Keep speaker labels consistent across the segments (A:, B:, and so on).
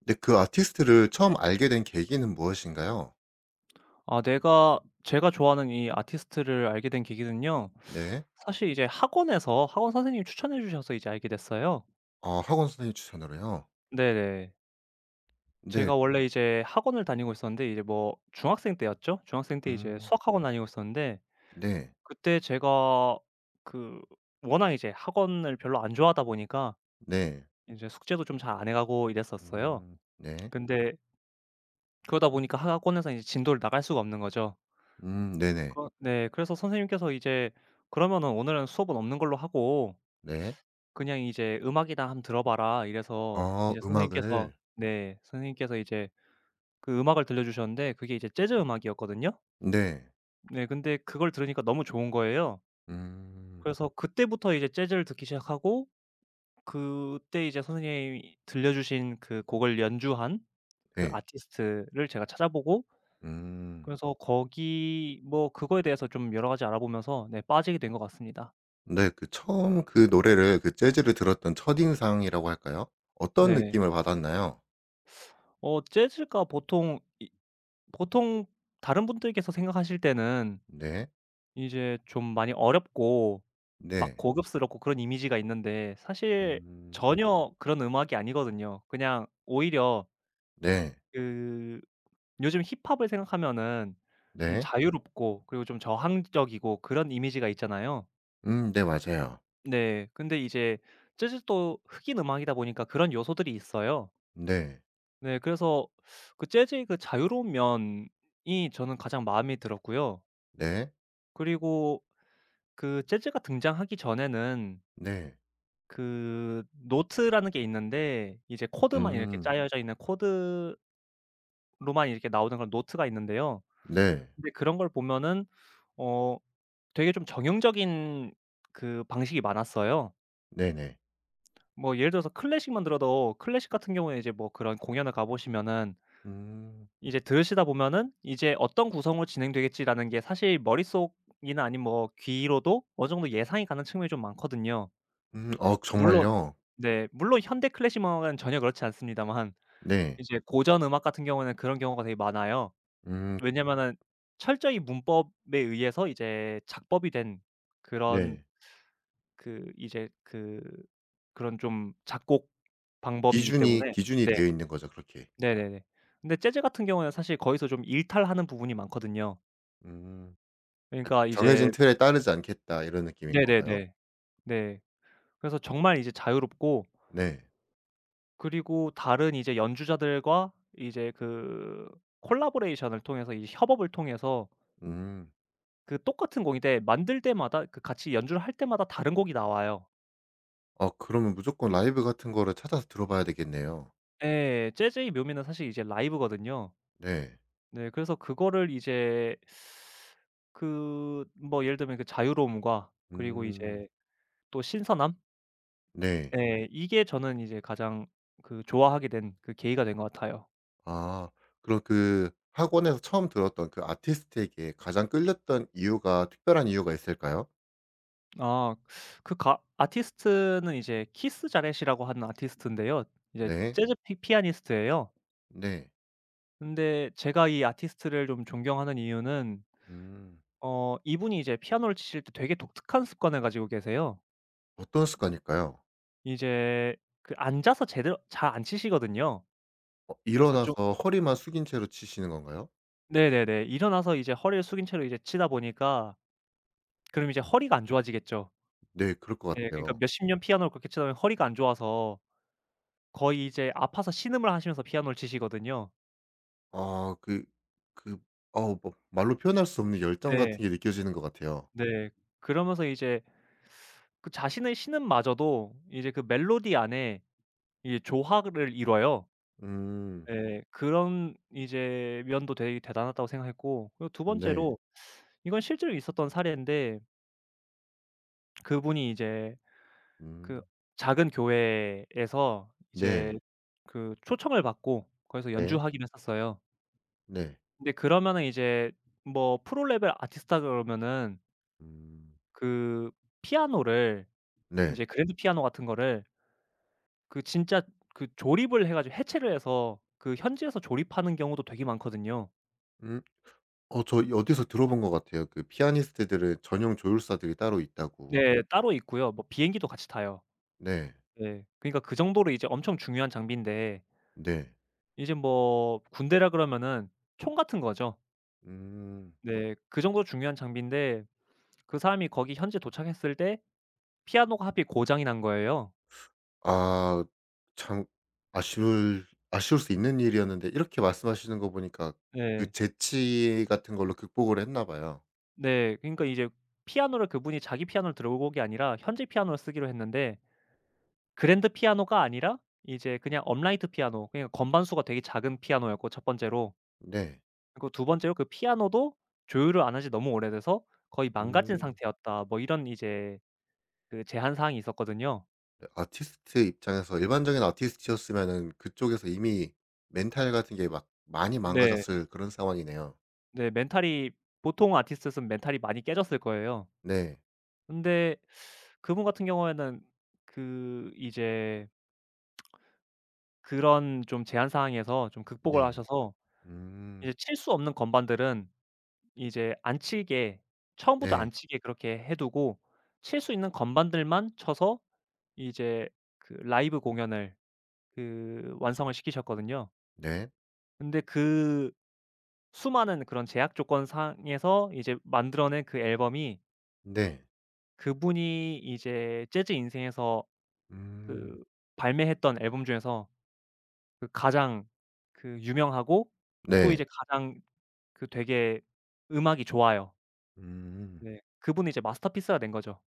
A: 근데 그 아티스트를 처음 알게 된 계기는 무엇인가요?
B: 아 내가 제가 좋아하는 이 아티스트를 알게 된 계기는요.
A: 네.
B: 사실 이제 학원에서 학원 선생님이 추천해 주셔서 이제 알게 됐어요.
A: 아 학원 선생님 추천으로요?
B: 네네.
A: 네.
B: 제가 원래 이제 학원을 다니고 있었는데 이제 뭐 중학생 때였죠. 중학생 때 이제
A: 음.
B: 수학 학원 다니고 있었는데
A: 네.
B: 그때 제가 그 워낙 이제 학원을 별로 안 좋아하다 보니까
A: 네.
B: 이제 숙제도 좀 잘 안 해 가고 이랬었어요.
A: 음. 네.
B: 근데 그러다 보니까 학원에서 이제 진도를 나갈 수가 없는 거죠.
A: 네네.
B: 그러 네. 그래서 선생님께서 이제 "그러면은 오늘은 수업은 없는 걸로 하고
A: 네.
B: 그냥 이제 악이다 한번 들어 봐라." 이래서
A: 아
B: 이제 선생님께서,
A: 음악을.
B: 네, 선생님께서 이제 그 음악을 들려주셨는데 그게 이제 재즈 음악이었거든요.
A: 네.
B: 네 근데 그걸 들으니까 너무 좋은 거예요.
A: 음.
B: 그래서 그때부터 이제 재즈를 듣기 시작하고, 그때 이제 선생님이 들려주신 그 곡을 연주한 그
A: 네.
B: 아티스트를 제가 찾아보고,
A: 음.
B: 그래서 거기 뭐 그거에 대해서 좀 여러 가지 알아보면서 네 빠지게 된 것 같습니다.
A: 네. 그 처음 그 노래를 그 재즈를 들었던 첫인상이라고 할까요? 어떤
B: 네.
A: 느낌을 받았나요?
B: 재즈가 보통 이 보통 다른 분들께서 생각하실 때는
A: 네.
B: 이제 좀 많이 어렵고 막
A: 네.
B: 고급스럽고 그런 이미지가 있는데, 사실
A: 음.
B: 전혀 그런 음악이 아니거든요. 그냥 오히려
A: 네.
B: 그 요즘 힙합을 생각하면은 좀
A: 네.
B: 자유롭고 그리고 좀 저항적이고 그런 이미지가 있잖아요.
A: 네 맞아요.
B: 네. 근데 이제 재즈도 흑인 음악이다 보니까 그런 요소들이 있어요.
A: 네.
B: 네. 그래서 그 재즈의 그 자유로운 면이 저는 가장 마음에 들었고요.
A: 네.
B: 그리고 그 재즈가 등장하기 전에는
A: 네.
B: 그 노트라는 게 있는데, 이제 코드만 이렇게
A: 음.
B: 짜여져 있는 코드로만 이렇게 나오는 그런 노트가 있는데요.
A: 네.
B: 근데 그런 걸 보면은 어 되게 좀 정형적인 그 방식이 많았어요.
A: 네네.
B: 뭐 예를 들어서 클래식만 들어도, 클래식 같은 경우에 이제 뭐 그런 공연을 가 보시면은,
A: 음.
B: 이제 들으시다 보면은 이제 '어떤 구성으로 진행되겠지.'라는 게 사실 머릿속이나 아니면 뭐 귀로도 어느 정도 예상이 가는 측면이 좀 많거든요.
A: 음. 아
B: 물론,
A: 정말요?
B: 네, 물론 현대 클래식 음악은 전혀 그렇지 않습니다만,
A: 네.
B: 이제 고전 음악 같은 경우에는 그런 경우가 되게 많아요.
A: 음
B: 왜냐면은 철저히 문법에 의해서 이제 작법이 된 그런,
A: 네.
B: 그 이제 그, 그런 좀 작곡 방법이기
A: 기준이
B: 때문에.
A: 기준이
B: 네.
A: 되어 있는 거죠 그렇게.
B: 네네네. 근데 재즈 같은 경우에는 사실 거기서 좀 일탈하는 부분이 많거든요.
A: 음. 아
B: 그러니까 이제,
A: '정해진 틀에 따르지 않겠다.' 이런 느낌인 건가요?
B: 네네네. 네. 그래서 정말 이제 자유롭고,
A: 네.
B: 그리고 다른 이제 연주자들과 이제 그 콜라보레이션을 통해서, 이 협업을 통해서
A: 음.
B: 그 똑같은 곡인데 만들 때마다, 그 같이 연주를 할 때마다 다른 곡이 나와요.
A: 아 그러면 무조건 라이브 같은 거를 찾아서 들어봐야 되겠네요.
B: 예. 재즈의 묘미는 사실 이제 라이브거든요.
A: 네.
B: 네. 그래서 그거를 이제 그, 뭐 예를 들면 그 자유로움과 그리고
A: 음.
B: 이제 또 신선함?
A: 네.
B: 예. 이게 저는 이제 가장 그 좋아하게 된 그 계기가 된 것 같아요.
A: 아 그럼 그 학원에서 처음 들었던 그 아티스트에게 가장 끌렸던 이유가 특별한 이유가 있을까요?
B: 아 그 가 아티스트는 이제 키스 자렛이라고 하는 아티스트인데요. 이제
A: 네.
B: 재즈 피 피아니스트예요.
A: 네.
B: 근데 제가 이 아티스트를 좀 존경하는 이유는,
A: 음.
B: 이분이 이제 피아노를 치실 때 되게 독특한 습관을 가지고 계세요.
A: 어떤 습관일까요?
B: 이제 그 앉아서 제대로 잘 안 치시거든요.
A: 어
B: 그래서 좀,
A: 일어나서 허리만 숙인 채로 치시는 건가요?
B: 네네네. 일어나서 이제 허리를 숙인 채로 이제 치다 보니까 그럼 이제 허리가 안 좋아지겠죠.
A: 네 그럴 것
B: 예. 그러니까
A: 같아요.
B: 몇십 년 피아노를 그렇게 치다 보면 허리가 안 좋아서 거의 이제 아파서 신음을 하시면서 피아노를 치시거든요.
A: 아 그 그 어우 뭐 말로 표현할 수 없는 열정
B: 네.
A: 같은 게 느껴지는 것 같아요.
B: 네. 그러면서 이제 그 자신의 신음마저도 이제 그 멜로디 안에 이 조화를 이뤄요.
A: 음.
B: 예. 그런 이제 면도 되게 대단하다고 생각했고, 그리고 두
A: 네.
B: 번째로 이건 실제로 있었던 사례인데, 그분이 이제 그
A: 음.
B: 작은 교회에서 이제
A: 네.
B: 그 초청을 받고 거기서
A: 네.
B: 연주하기로 했었어요.
A: 네.
B: 근데 그러면은 이제 뭐 프로 레벨 아티스트 그러면은
A: 음.
B: 그 피아노를
A: 네.
B: 이제 그랜드 피아노 같은 거를 그 진짜 그 조립을 해 가지고, 해체를 해서 그 현지에서 조립하는 경우도 되게 많거든요.
A: 음. 어 저 어디서 들어본 것 같아요. 그 피아니스트들은 전용 조율사들이 따로 있다고.
B: 네. 따로 있고요. 뭐 비행기도 같이 타요.
A: 네.
B: 네. 그러니까 그 정도로 이제 엄청 중요한 장비인데,
A: 네.
B: 이제 뭐 군대라 그러면은 총 같은 거죠.
A: 음.
B: 네. 그 정도로 중요한 장비인데 그 사람이 거기 현지에 도착했을 때 피아노가 하필 고장이 난 거예요.
A: 아 참 아쉬울 아쉬울 수 있는 일이었는데 이렇게 말씀하시는 거 보니까 그
B: 네.
A: 재치 같은 걸로 극복을 했나 봐요.
B: 네. 그러니까 이제 피아노를, 그분이 자기 피아노를 들고 온 게 아니라 현지 피아노를 쓰기로 했는데, 그랜드 피아노가 아니라 이제 그냥 업라이트 피아노, 그냥 건반 수가 되게 작은 피아노였고 첫 번째로.
A: 네.
B: 그리고 두 번째로, 그 피아노도 조율을 안 한 지 너무 오래돼서 거의 망가진
A: 음.
B: 상태였다. 뭐 이런 이제 그 제한 사항이 있었거든요.
A: 네 아티스트 입장에서 일반적인 아티스트였으면은 그쪽에서 이미 멘탈 같은 게 막 많이
B: 네.
A: 망가졌을 그런 상황이네요.
B: 네 멘탈이, 보통 아티스트였으면 멘탈이 많이 깨졌을 거예요.
A: 네.
B: 근데 그분 같은 경우에는 그 이제 그런 좀 제한 사항에서 좀 극복을
A: 네.
B: 하셔서
A: 음.
B: 이제 칠 수 없는 건반들은 이제 안 치게, 처음부터 안
A: 네.
B: 치게 그렇게 해 두고 칠 수 있는 건반들만 쳐서 이제 그 라이브 공연을 그 완성을 시키셨거든요.
A: 네.
B: 근데 그 수많은 그런 제약 조건 상에서 이제 만들어낸 그 앨범이,
A: 네.
B: 그분이 이제 재즈 인생에서
A: 음.
B: 그 발매했던 앨범 중에서 그 가장 그 유명하고, 또
A: 네.
B: 이제 가장 그 되게 음악이 좋아요.
A: 음.
B: 네. 그분이 이제 마스터피스가 된 거죠.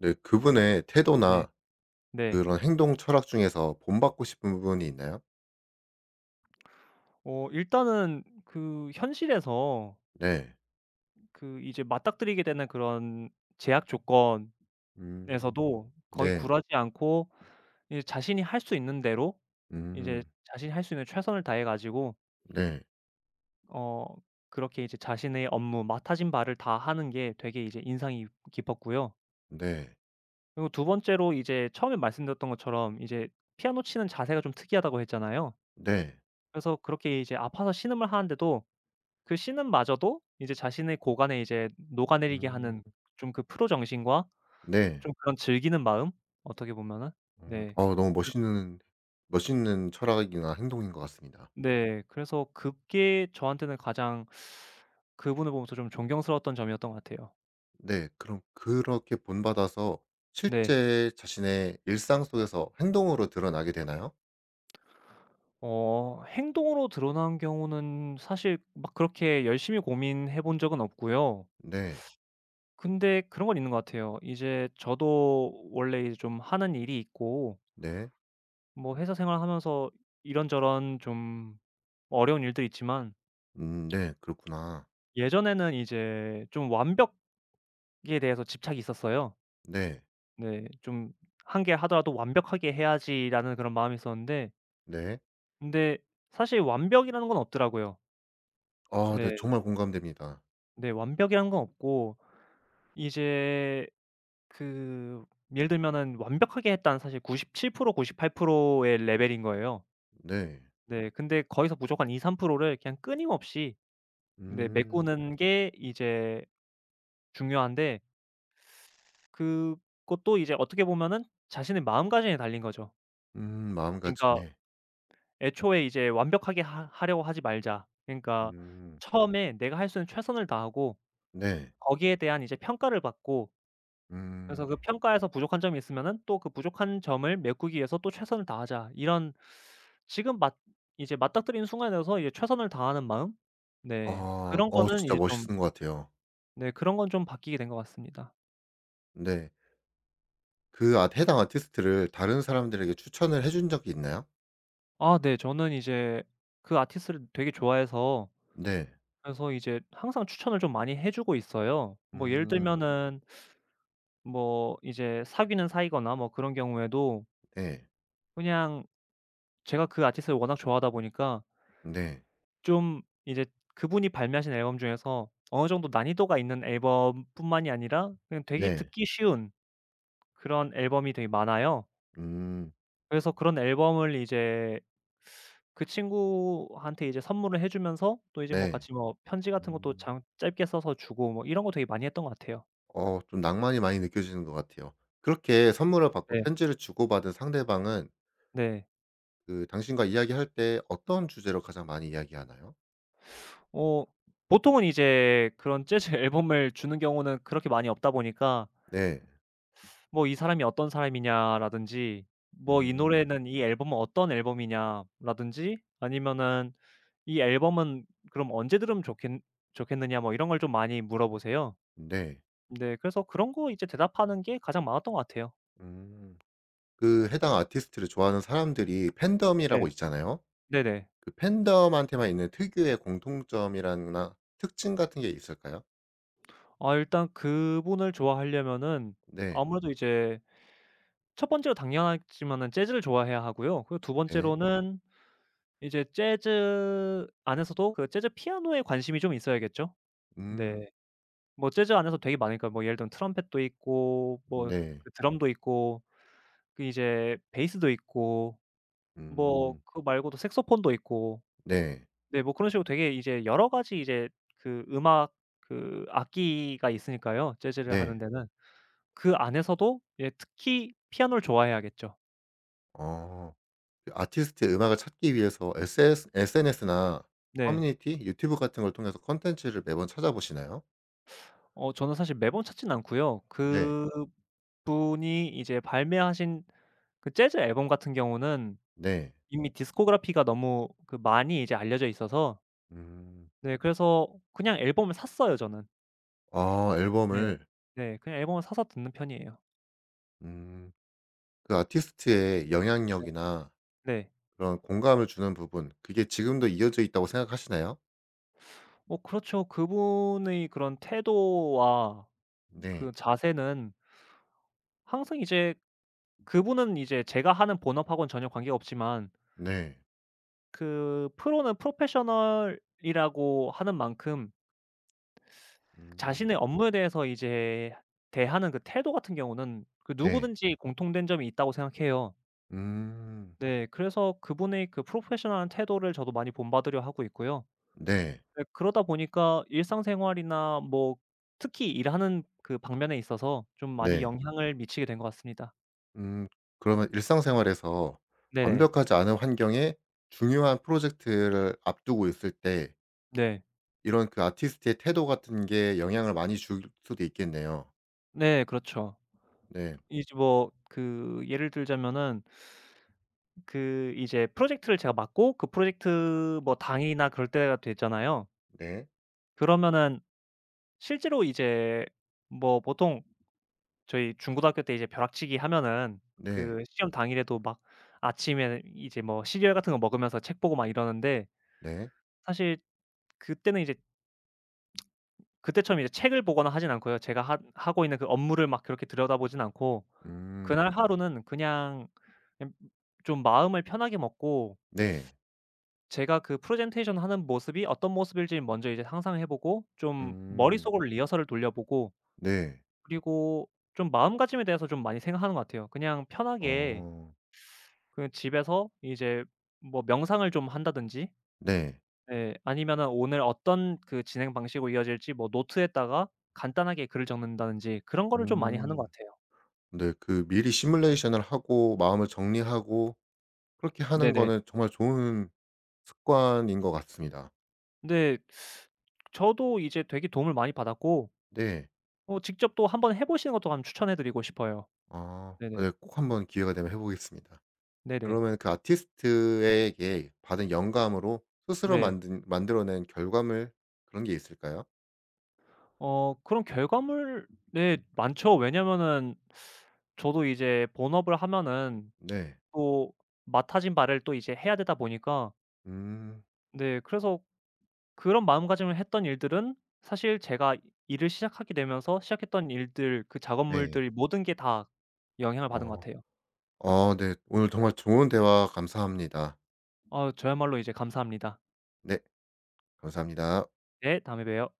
A: 네 그분의
B: 네.
A: 태도나
B: 네.
A: 그런 행동 철학 중에서 본받고 싶은 부분이 있나요?
B: 일단은 그 현실에서
A: 네.
B: 그 이제 맞닥뜨리게 되는 그런 제약
A: 음.
B: 조건에서도 거의
A: 네.
B: 굴하지 않고 이제 자신이 할 수 있는 대로 이제
A: 음.
B: 자신이 할 수 있는 최선을 다해 가지고
A: 네.
B: 어 그렇게 이제 자신의 업무 맡아진 바를 다 하는 게 되게 이제 인상이 깊었고요.
A: 네.
B: 그리고 두 번째로 이제 처음에 말씀드렸던 것처럼 이제 피아노 치는 자세가 좀 특이하다고 했잖아요.
A: 네.
B: 그래서 그렇게 이제 아파서 신음을 하는데도 그 신음마저도 이제 자신의 고관에 이제 녹아내리게
A: 음.
B: 하는 좀 그 프로 정신과
A: 네.
B: 좀 그런 즐기는 마음, 어떻게 보면은.
A: 음.
B: 네.
A: 어 너무 멋있는 멋있는 철학이나 행동인 것 같습니다.
B: 네. 그래서 그게 저한테는 가장, 그분을 보면서 좀 존경스러웠던 점이었던 것 같아요.
A: 네. 그럼 그렇게 본받아서
B: 네.
A: 실제 자신의 일상 속에서 행동으로 드러나게 되나요?
B: 행동으로 드러난 경우는 사실 막 그렇게 열심히 고민해 본 적은 없고요.
A: 네.
B: 근데 그런 건 있는 것 같아요. 이제 저도 원래 이제 좀 하는 일이 있고,
A: 네.
B: 뭐 회사 생활하면서 이런저런 좀 어려운 일들이 있지만,
A: 네. 그렇구나.
B: 예전에는 이제 좀 완벽에 대해서 집착이 있었어요.
A: 네.
B: 네. 좀 한 개 하더라도 '완벽하게 해야지.'라는 그런 마음이 있었는데,
A: 네.
B: 근데 사실 완벽이라는 건 없더라고요.
A: 아 네
B: 네.
A: 정말 공감됩니다.
B: 네. 완벽이라는 건 없고 이제 그, 예를 들면은 완벽하게 했다는 사실 97% 98%의 레벨인 거예요.
A: 네.
B: 네. 근데 거기서 무조건 2-3%를 그냥 끊임없이 네
A: 음.
B: 메꾸는 게 이제 중요한데, 그것도 이제 어떻게 보면은 자신의 마음가짐에 달린 거죠.
A: 음
B: 그러니까
A: 마음가짐에.
B: 애초에 이제 완벽하게 하 하려고 하지 말자. 그러니까
A: 음.
B: 처음에 내가 할 수 있는 최선을 다하고
A: 네.
B: 거기에 대한 이제 평가를 받고, 그래서
A: 음.
B: 그 평가에서 부족한 점이 있으면은 또 그 부족한 점을 메꾸기 위해서 또 최선을 다하자. 이런 지금 맞 이제 맞닥뜨리는 순간에서 이제 최선을 다하는 마음? 네.
A: 아.
B: 그런
A: 어
B: 거는
A: 진짜
B: 이제 좀,
A: 멋있은 것 같아요.
B: 네 그런 건 좀 바뀌게 된 것 같습니다.
A: 근데 그 아 해당 아티스트를 다른 사람들에게 추천을 해준 적이 있나요?
B: 아 네. 저는 이제 그 아티스트를 되게 좋아해서,
A: 네.
B: 그래서 이제 항상 추천을 좀 많이 해 주고 있어요. 뭐 예를
A: 음.
B: 들면은 뭐 이제 사귀는 사이거나 뭐 그런 경우에도,
A: 네.
B: 그냥 제가 그 아티스트를 워낙 좋아하다 보니까
A: 네.
B: 좀 이제 그분이 발매하신 앨범 중에서 어느 정도 난이도가 있는 앨범뿐만이 아니라 그냥 되게
A: 네.
B: 듣기 쉬운 그런 앨범이 되게 많아요.
A: 음.
B: 그래서 그런 앨범을 이제 그 친구한테 이제 선물을 해 주면서 또 이제 뭐
A: 네.
B: 같이 뭐 편지 같은 것도
A: 음.
B: 장 짧게 써서 주고 뭐 이런 거 되게 많이 했던 것 같아요.
A: 어 좀 낭만이 많이 느껴지는 것 같아요. 그렇게 선물을 받고
B: 네.
A: 편지를 주고받은 상대방은
B: 네.
A: 그 당신과 이야기할 때 어떤 주제로 가장 많이 이야기하나요?
B: 어 보통은 이제 그런 재즈 앨범을 주는 경우는 그렇게 많이 없다 보니까
A: 네.
B: 뭐 "이 사람이 어떤 사람이냐."라든지 뭐 "이
A: 음.
B: 노래는 이 앨범은 어떤 앨범이냐."라든지 아니면은 "이 앨범은 그럼 언제 들으면 좋겠느냐." 뭐 이런 걸 좀 많이 물어보세요.
A: 네.
B: 네 그래서 그런 거 이제 대답하는 게 가장 많았던 것 같아요.
A: 음. 그 해당 아티스트를 좋아하는 사람들이
B: 네.
A: 팬덤이라고 있잖아요.
B: 네네.
A: 그 팬덤한테만 있는 특유의 공통점이라나 특징 같은 게 있을까요?
B: 아 일단 그분을 좋아하려면은
A: 네.
B: 아무래도 이제 첫 번째로 당연하지만은 재즈를 좋아해야 하고요. 그리고 두
A: 네.
B: 번째로는 이제 재즈 안에서도 그 재즈 피아노에 관심이 좀 있어야겠죠?
A: 음.
B: 네. 뭐 재즈 안에서 되게 많으니까, 뭐 예를 들면 트럼펫도 있고 뭐
A: 네.
B: 그 드럼도 있고 그 이제 베이스도 있고, 뭐
A: 음.
B: 그거 말고도 색소폰도 있고.
A: 네.
B: 네 뭐 그런 식으로 되게 이제 여러 가지 이제 그 음악, 그 악기가 있으니까요, 재즈를 하는
A: 네.
B: 데는. 그 안에서도 예 특히 피아노를 좋아해야겠죠.
A: 어. 그 아티스트의 음악을 찾기 위해서 SS SNS나
B: 네.
A: 커뮤니티, 유튜브 같은 걸 통해서 콘텐츠를 매번 찾아보시나요?
B: 저는 사실 매번 찾진 않고요.
A: 네.
B: 그분이 이제 발매하신 그 재즈 앨범 같은 경우는
A: 네.
B: 이미 디스코그래피가 너무 그 많이 이제 알려져 있어서,
A: 음.
B: 네 그래서 그냥 앨범을 샀어요 저는.
A: 아
B: 네.
A: 앨범을
B: 네. 그냥 앨범을 사서 듣는 편이에요.
A: 음. 그 아티스트의
B: 네.
A: 영향력이나
B: 네.
A: 그런 공감을 주는 부분 그게 지금도 이어져 있다고 생각하시나요?
B: 그렇죠. 그분의 그런 태도와
A: 네.
B: 그 자세는 항상 이제, 그분은 이제 제가 하는 본업하고는 전혀 관계가 없지만
A: 네.
B: 그 프로는 프로페셔널이라고 하는 만큼
A: 음.
B: 자신의 업무에 대해서 이제 대하는 그 태도 같은 경우는 그
A: 네.
B: 누구든지 공통된 점이 있다고 생각해요.
A: 음.
B: 네. 그래서 그분의 그 프로페셔널한 태도를 저도 많이 본받으려 하고 있고요.
A: 네.
B: 네 그러다 보니까 일상생활이나 뭐 특히 일하는 그 방면에 있어서 좀 많이
A: 네.
B: 영향을 미치게 된 것 같습니다.
A: 음 그러면 일상생활에서
B: 네네.
A: 완벽하지 않은 환경에 중요한 프로젝트를 앞두고 있을 때
B: 네.
A: 이런 그 아티스트의 태도 같은 게 영향을 많이 줄 수도 있겠네요.
B: 네 그렇죠.
A: 네.
B: 이제 뭐 그 예를 들자면은 그 이제 프로젝트를 제가 맡고 그 프로젝트 뭐 당이나 그럴 때가 됐잖아요.
A: 네.
B: 그러면은 실제로 이제 뭐 보통 저희 중고등학교 때 이제 벼락치기 하면은
A: 네.
B: 그 시험 당일에도 막 아침에 이제 뭐 시리얼 같은 거 먹으면서 책 보고 막 이러는데,
A: 네.
B: 사실 그때는 이제 그때처럼 이제 책을 보거나 하진 않고요. 제가 하 하고 있는 그 업무를 막 그렇게 들여다보진 않고
A: 음.
B: 그날 하루는 그냥, 그냥 좀 마음을 편하게 먹고
A: 네.
B: 제가 그 프레젠테이션 하는 모습이 어떤 모습일지 먼저 이제 상상해 보고 좀
A: 음.
B: 머릿속으로 리허설을 돌려보고,
A: 네.
B: 그리고 좀 마음가짐에 대해서 좀 많이 생각하는 것 같아요. 그냥 편하게
A: 어.
B: 그냥 집에서 이제 뭐 명상을 좀 한다든지,
A: 네.
B: 예 아니면은 오늘 어떤 그 진행 방식으로 이어질지 뭐 노트에다가 간단하게 글을 적는다든지 그런 거를 좀 많이 하는 것
A: 음.
B: 같아요.
A: 네. 그 미리 시뮬레이션을 하고 마음을 정리하고 그렇게 하는
B: 네네.
A: 거는 정말 좋은 습관인 것 같습니다.
B: 근데 저도 이제 되게 도움을 많이 받았고
A: 네.
B: 직접 또 한번 해 보시는 것도 한번 추천해 드리고 싶어요.
A: 아.
B: 네네.
A: 네. 꼭 한번 기회가 되면 해 보겠습니다.
B: 네네.
A: 그러면 그 아티스트에게 받은 영감으로 스스로
B: 네.
A: 만든 만들어낸 결과물 그런 게 있을까요?
B: 그런 결과물 네 많죠. 왜냐면은 저도 이제 본업을 하면은
A: 네.
B: 또 맡아진 바를 또 이제 해야 되다 보니까,
A: 음.
B: 네 그래서 그런 마음가짐을 했던 일들은, 사실 제가 일을 시작하게 되면서 시작했던 일들 그
A: 네.
B: 작업물들이 모든 게 다 영향을 받은 것
A: 어.
B: 같아요.
A: 어 네. 오늘 정말 좋은 대화 감사합니다.
B: 아 저야말로 이제 감사합니다.
A: 네. 감사합니다.
B: 네 다음에 봬요.